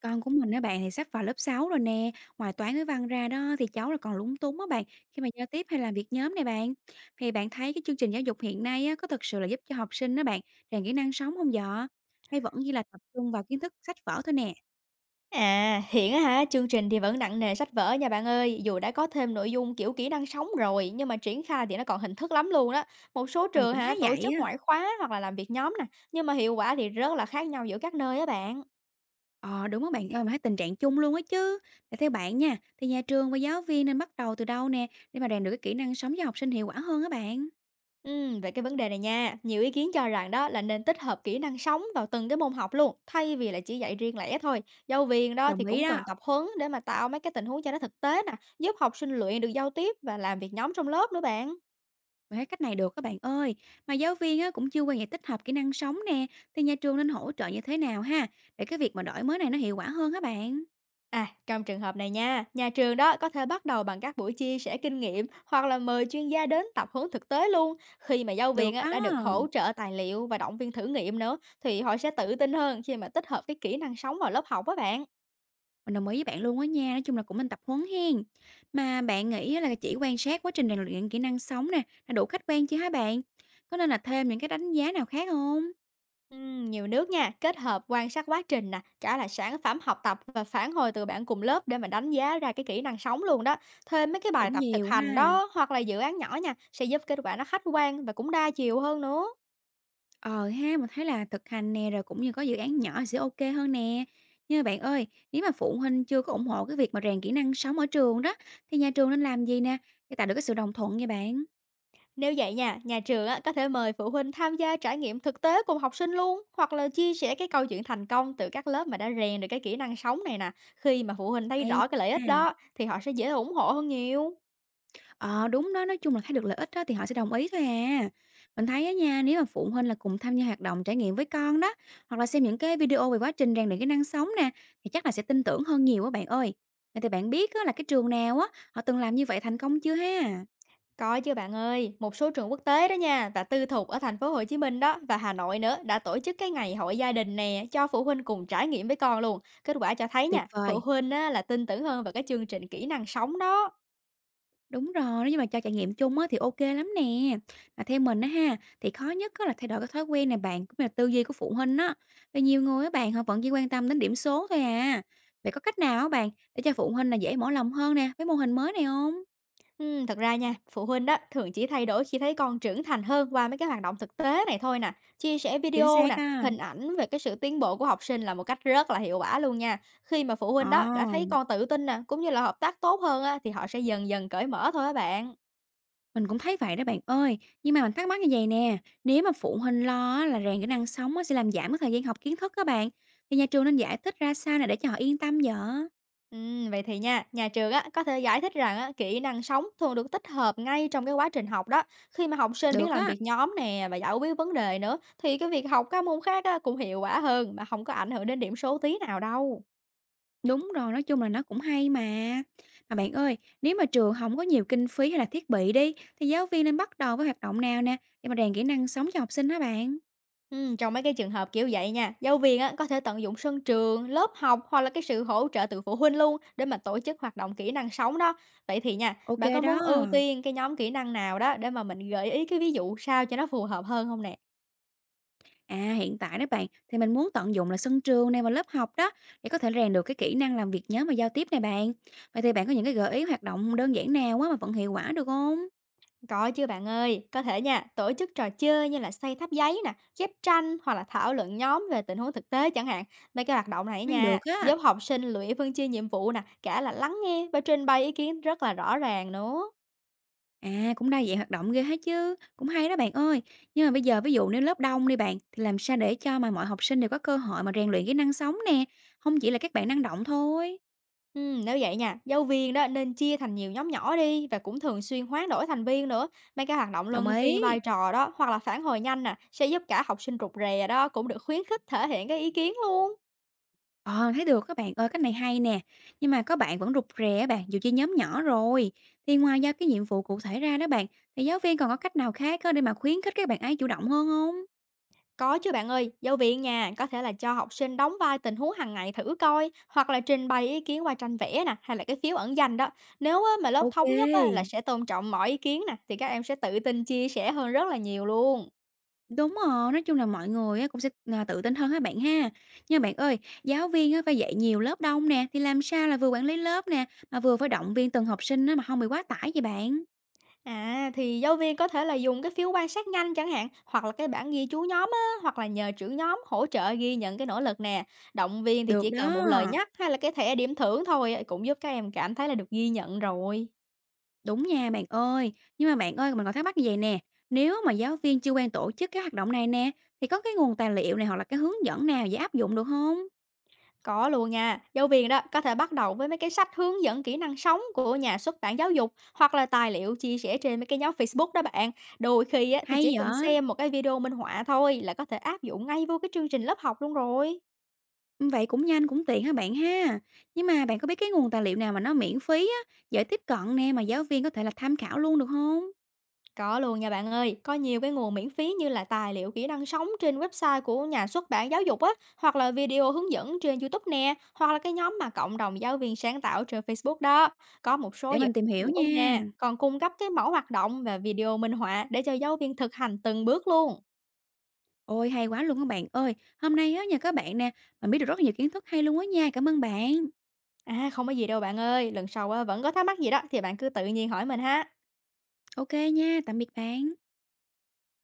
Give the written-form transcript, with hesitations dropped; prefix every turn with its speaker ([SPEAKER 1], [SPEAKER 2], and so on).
[SPEAKER 1] Con của mình á bạn thì sắp vào lớp 6 rồi nè, ngoài toán với văn ra đó thì cháu là còn lúng túng á bạn khi mà giao tiếp hay làm việc nhóm này bạn. Thì bạn thấy cái chương trình giáo dục hiện nay á, có thực sự là giúp cho học sinh đó bạn rèn kỹ năng sống không vợ? Hay vẫn chỉ là tập trung vào kiến thức sách vở thôi nè?
[SPEAKER 2] À, hiện á hả, chương trình thì vẫn nặng nề sách vở nha bạn ơi, dù đã có thêm nội dung kiểu kỹ năng sống rồi, nhưng mà triển khai thì nó còn hình thức lắm luôn đó. Một số
[SPEAKER 1] Mình
[SPEAKER 2] trường
[SPEAKER 1] cũng
[SPEAKER 2] hả,
[SPEAKER 1] thấy
[SPEAKER 2] tổ
[SPEAKER 1] vậy
[SPEAKER 2] chức
[SPEAKER 1] á.
[SPEAKER 2] ngoại khóa hoặc là làm việc nhóm nè, nhưng mà hiệu quả thì rất là khác nhau giữa các nơi á bạn.
[SPEAKER 1] Ờ đúng á bạn ơi, mình thấy tình trạng chung luôn á chứ. Để theo bạn nha, thì nhà trường và giáo viên nên bắt đầu từ đâu nè để mà rèn được cái kỹ năng sống cho học sinh hiệu quả hơn á bạn.
[SPEAKER 2] Ừ, về cái vấn đề này nha, nhiều ý kiến cho rằng đó là nên tích hợp kỹ năng sống vào từng cái môn học luôn, thay vì là chỉ dạy riêng lẻ thôi. Giáo viên đó thì
[SPEAKER 1] Đồng ý
[SPEAKER 2] cũng
[SPEAKER 1] đó.
[SPEAKER 2] cần tập huấn để mà tạo mấy cái tình huống cho nó thực tế nè, giúp học sinh luyện được giao tiếp và làm việc nhóm trong lớp nữa bạn.
[SPEAKER 1] Mình thấy cách này được các bạn ơi. Mà giáo viên á, cũng chưa quen giải tích hợp kỹ năng sống nè, thì nhà trường nên hỗ trợ như thế nào ha, để cái việc mà đổi mới này nó hiệu quả hơn các bạn?
[SPEAKER 2] À, trong trường hợp này nha, nhà trường đó có thể bắt đầu bằng các buổi chia sẻ kinh nghiệm hoặc là mời chuyên gia đến tập huấn thực tế luôn. Khi mà giáo viên
[SPEAKER 1] Được
[SPEAKER 2] á,
[SPEAKER 1] đó,
[SPEAKER 2] đã được hỗ trợ tài liệu và động viên thử nghiệm nữa thì họ sẽ tự tin hơn khi mà tích hợp cái kỹ năng sống vào lớp học á bạn.
[SPEAKER 1] mình đồng ý với bạn luôn á nha, nói chung là cũng nên tập huấn hen. Mà bạn nghĩ á là chỉ quan sát quá trình rèn luyện kỹ năng sống nè, là đủ khách quan chưa hả bạn? Có nên là thêm những cái đánh giá nào khác không?
[SPEAKER 2] Nhiều nước nha, kết hợp quan sát quá trình nè, cả là sản phẩm học tập và phản hồi từ bạn cùng lớp để mà đánh giá ra cái kỹ năng sống luôn đó. Thêm mấy cái bài
[SPEAKER 1] Cũng
[SPEAKER 2] tập thực
[SPEAKER 1] nhiều
[SPEAKER 2] hành
[SPEAKER 1] ha.
[SPEAKER 2] đó hoặc là dự án nhỏ nha, sẽ giúp kết quả nó khách quan và cũng đa chiều hơn nữa.
[SPEAKER 1] Ờ ha, mình thấy là thực hành nè, rồi cũng như có dự án nhỏ sẽ OK hơn nè. Nhưng mà bạn ơi, nếu mà phụ huynh chưa có ủng hộ cái việc mà rèn kỹ năng sống ở trường đó, thì nhà trường nên làm gì nè để tạo được cái sự đồng thuận nha bạn?
[SPEAKER 2] Nếu vậy nha, nhà trường á, có thể mời phụ huynh tham gia trải nghiệm thực tế cùng học sinh luôn hoặc là chia sẻ cái câu chuyện thành công từ các lớp mà đã rèn được cái kỹ năng sống này nè. Khi mà phụ huynh thấy
[SPEAKER 1] Hay
[SPEAKER 2] rõ cái lợi ích
[SPEAKER 1] nha.
[SPEAKER 2] đó thì họ sẽ dễ ủng hộ hơn nhiều.
[SPEAKER 1] Ờ, đúng đó, nói chung là thấy được lợi ích đó thì họ sẽ đồng ý thôi à. Mình thấy á nha, nếu mà phụ huynh là cùng tham gia hoạt động trải nghiệm với con đó, hoặc là xem những cái video về quá trình rèn luyện kỹ năng sống nè, thì chắc là sẽ tin tưởng hơn nhiều á bạn ơi. Vậy thì bạn biết á, là cái trường nào á, họ từng làm như vậy thành công chưa ha?
[SPEAKER 2] Có chứ bạn ơi, một số trường quốc tế đó nha và tư thục ở thành phố Hồ Chí Minh đó và Hà Nội nữa đã tổ chức cái ngày hội gia đình nè cho phụ huynh cùng trải nghiệm với con luôn. Kết quả cho thấy
[SPEAKER 1] Tuyệt
[SPEAKER 2] nha, phụ
[SPEAKER 1] vời.
[SPEAKER 2] huynh á, là tin tưởng hơn vào cái chương trình kỹ năng sống đó.
[SPEAKER 1] Đúng rồi, nhưng mà cho trải nghiệm chung á thì OK lắm nè. Mà theo mình á ha, thì khó nhất á là thay đổi cái thói quen này bạn, cũng như là tư duy của phụ huynh á. Vì nhiều người á bạn, họ vẫn chỉ quan tâm đến điểm số thôi à. Vậy có cách nào á bạn để cho phụ huynh là dễ mở lòng hơn nè với mô hình mới này không?
[SPEAKER 2] Thật ra nha, phụ huynh đó thường chỉ thay đổi khi thấy con trưởng thành hơn qua mấy cái hoạt động thực tế này thôi nè, chia sẻ
[SPEAKER 1] Chính
[SPEAKER 2] video
[SPEAKER 1] xác
[SPEAKER 2] nè,
[SPEAKER 1] á.
[SPEAKER 2] hình ảnh về cái sự tiến bộ của học sinh là một cách rất là hiệu quả luôn nha. Khi mà phụ
[SPEAKER 1] Ờ,
[SPEAKER 2] huynh đó đã thấy con tự tin nè, cũng như là hợp tác tốt hơn á, thì họ sẽ dần dần cởi mở thôi á bạn.
[SPEAKER 1] mình cũng thấy vậy đó bạn ơi. Nhưng mà mình thắc mắc như vầy nè, nếu mà phụ huynh lo á là rèn kỹ năng sống á sẽ làm giảm cái thời gian học kiến thức các bạn, thì nhà trường nên giải thích ra sao nè để cho họ yên tâm vậy?
[SPEAKER 2] Vậy thì nha, nhà trường á có thể giải thích rằng á, kỹ năng sống thường được tích hợp ngay trong cái quá trình học đó. Khi mà học sinh biết
[SPEAKER 1] Được
[SPEAKER 2] làm
[SPEAKER 1] á.
[SPEAKER 2] việc nhóm nè và giải quyết vấn đề nữa, thì cái việc học các môn khác á, cũng hiệu quả hơn mà không có ảnh hưởng đến điểm số tí nào đâu.
[SPEAKER 1] Đúng rồi, nói chung là nó cũng hay mà. Mà bạn ơi, nếu mà trường không có nhiều kinh phí hay là thiết bị đi, thì giáo viên nên bắt đầu với hoạt động nào nè, để mà rèn kỹ năng sống cho học sinh hả bạn?
[SPEAKER 2] Trong mấy cái trường hợp kiểu vậy nha, giáo viên á, có thể tận dụng sân trường, lớp học hoặc là cái sự hỗ trợ từ phụ huynh luôn để mà tổ chức hoạt động kỹ năng sống đó. Vậy thì nha,
[SPEAKER 1] OK
[SPEAKER 2] bạn có muốn ưu
[SPEAKER 1] đó.
[SPEAKER 2] tiên cái nhóm kỹ năng nào đó để mà mình gợi ý cái ví dụ sao cho nó phù hợp hơn không nè?
[SPEAKER 1] À, hiện tại đó bạn, thì mình muốn tận dụng là sân trường này và lớp học đó, để có thể rèn được cái kỹ năng làm việc nhóm và giao tiếp này bạn. Vậy thì bạn có những cái gợi ý hoạt động đơn giản nào á mà vẫn hiệu quả được không?
[SPEAKER 2] Có chứ bạn ơi, có thể nha, tổ chức trò chơi như là xây tháp giấy nè, ghép tranh hoặc là thảo luận nhóm về tình huống thực tế chẳng hạn. Mấy cái hoạt động này
[SPEAKER 1] Nên được
[SPEAKER 2] nha,
[SPEAKER 1] á.
[SPEAKER 2] giúp học sinh luyện phân chia nhiệm vụ nè, cả là lắng nghe và trình bày ý kiến rất là rõ ràng nữa.
[SPEAKER 1] À, cũng đa dạng hoạt động ghê hết chứ, cũng hay đó bạn ơi. Nhưng mà bây giờ ví dụ nếu lớp đông đi bạn, thì làm sao để cho mà mọi học sinh đều có cơ hội mà rèn luyện kỹ năng sống nè, không chỉ là các bạn năng động thôi.
[SPEAKER 2] Nếu vậy nha, giáo viên đó nên chia thành nhiều nhóm nhỏ đi và cũng thường xuyên hoán đổi thành viên nữa. Mấy cái hoạt động
[SPEAKER 1] Đồng
[SPEAKER 2] luân
[SPEAKER 1] ý.
[SPEAKER 2] phiên vai trò đó hoặc là phản hồi nhanh nè sẽ giúp cả học sinh rụt rè đó cũng được khuyến khích thể hiện cái ý kiến luôn.
[SPEAKER 1] Ờ, thấy được các bạn ơi, cách này hay nè. Nhưng mà có bạn vẫn rụt rè á bạn, dù chia nhóm nhỏ rồi, thì ngoài giao cái nhiệm vụ cụ thể ra đó bạn, thì giáo viên còn có cách nào khác á để mà khuyến khích các bạn ấy chủ động hơn không?
[SPEAKER 2] Có chứ bạn ơi, giáo viên nha, có thể là cho học sinh đóng vai tình huống hàng ngày thử coi hoặc là trình bày ý kiến qua tranh vẽ nè hay là cái phiếu ẩn danh đó. Nếu á, mà lớp thống nhất á, là
[SPEAKER 1] OK.
[SPEAKER 2] sẽ tôn trọng mọi ý kiến nè thì các em sẽ tự tin chia sẻ hơn rất là nhiều luôn.
[SPEAKER 1] Đúng rồi, nói chung là mọi người á cũng sẽ, à, tự tin hơn các bạn ha. Nhưng bạn ơi, giáo viên á phải dạy nhiều lớp đông nè, thì làm sao là vừa quản lý lớp nè, mà vừa phải động viên từng học sinh á mà không bị quá tải vậy bạn?
[SPEAKER 2] À, thì giáo viên có thể là dùng cái phiếu quan sát nhanh chẳng hạn, hoặc là cái bản ghi chú nhóm á, hoặc là nhờ trưởng nhóm hỗ trợ ghi nhận cái nỗ lực nè. Động viên thì chỉ
[SPEAKER 1] Được
[SPEAKER 2] cần một lời
[SPEAKER 1] đó,
[SPEAKER 2] nhắc hay là cái thẻ điểm thưởng thôi á, cũng giúp các em cảm thấy là được ghi nhận rồi.
[SPEAKER 1] đúng nha bạn ơi. Nhưng mà bạn ơi, mình còn thắc mắc như vầy nè, nếu mà giáo viên chưa quen tổ chức cái hoạt động này nè, thì có cái nguồn tài liệu này hoặc là cái hướng dẫn nào dễ áp dụng được không?
[SPEAKER 2] Có luôn nha, giáo viên đó có thể bắt đầu với mấy cái sách hướng dẫn kỹ năng sống của nhà xuất bản giáo dục hoặc là tài liệu chia sẻ trên mấy cái nhóm Facebook đó bạn. Đôi khi á, thì
[SPEAKER 1] Hay
[SPEAKER 2] chỉ cần
[SPEAKER 1] vậy,
[SPEAKER 2] xem một cái video minh họa thôi là có thể áp dụng ngay vô cái chương trình lớp học luôn rồi.
[SPEAKER 1] vậy cũng nhanh, cũng tiện ha bạn ha. Nhưng mà bạn có biết cái nguồn tài liệu nào mà nó miễn phí á, dễ tiếp cận nè, mà giáo viên có thể là tham khảo luôn được không?
[SPEAKER 2] Có luôn nha bạn ơi, có nhiều cái nguồn miễn phí như là tài liệu kỹ năng sống trên website của nhà xuất bản giáo dục á, hoặc là video hướng dẫn trên YouTube nè, hoặc là cái nhóm mà cộng đồng giáo viên sáng tạo trên Facebook đó. Có một số
[SPEAKER 1] Để
[SPEAKER 2] dự án
[SPEAKER 1] mình tìm
[SPEAKER 2] giáo
[SPEAKER 1] hiểu
[SPEAKER 2] dục ở nhà
[SPEAKER 1] nha.
[SPEAKER 2] còn cung cấp cái mẫu hoạt động và video minh họa để cho giáo viên thực hành từng bước luôn.
[SPEAKER 1] Ôi, hay quá luôn các bạn ơi. Hôm nay á nhờ các bạn nè, mình biết được rất là nhiều kiến thức hay luôn á nha. Cảm ơn bạn.
[SPEAKER 2] À không có gì đâu bạn ơi, lần sau á, vẫn có thắc mắc gì đó thì bạn cứ tự nhiên hỏi mình ha.
[SPEAKER 1] OK nha, tạm biệt bạn.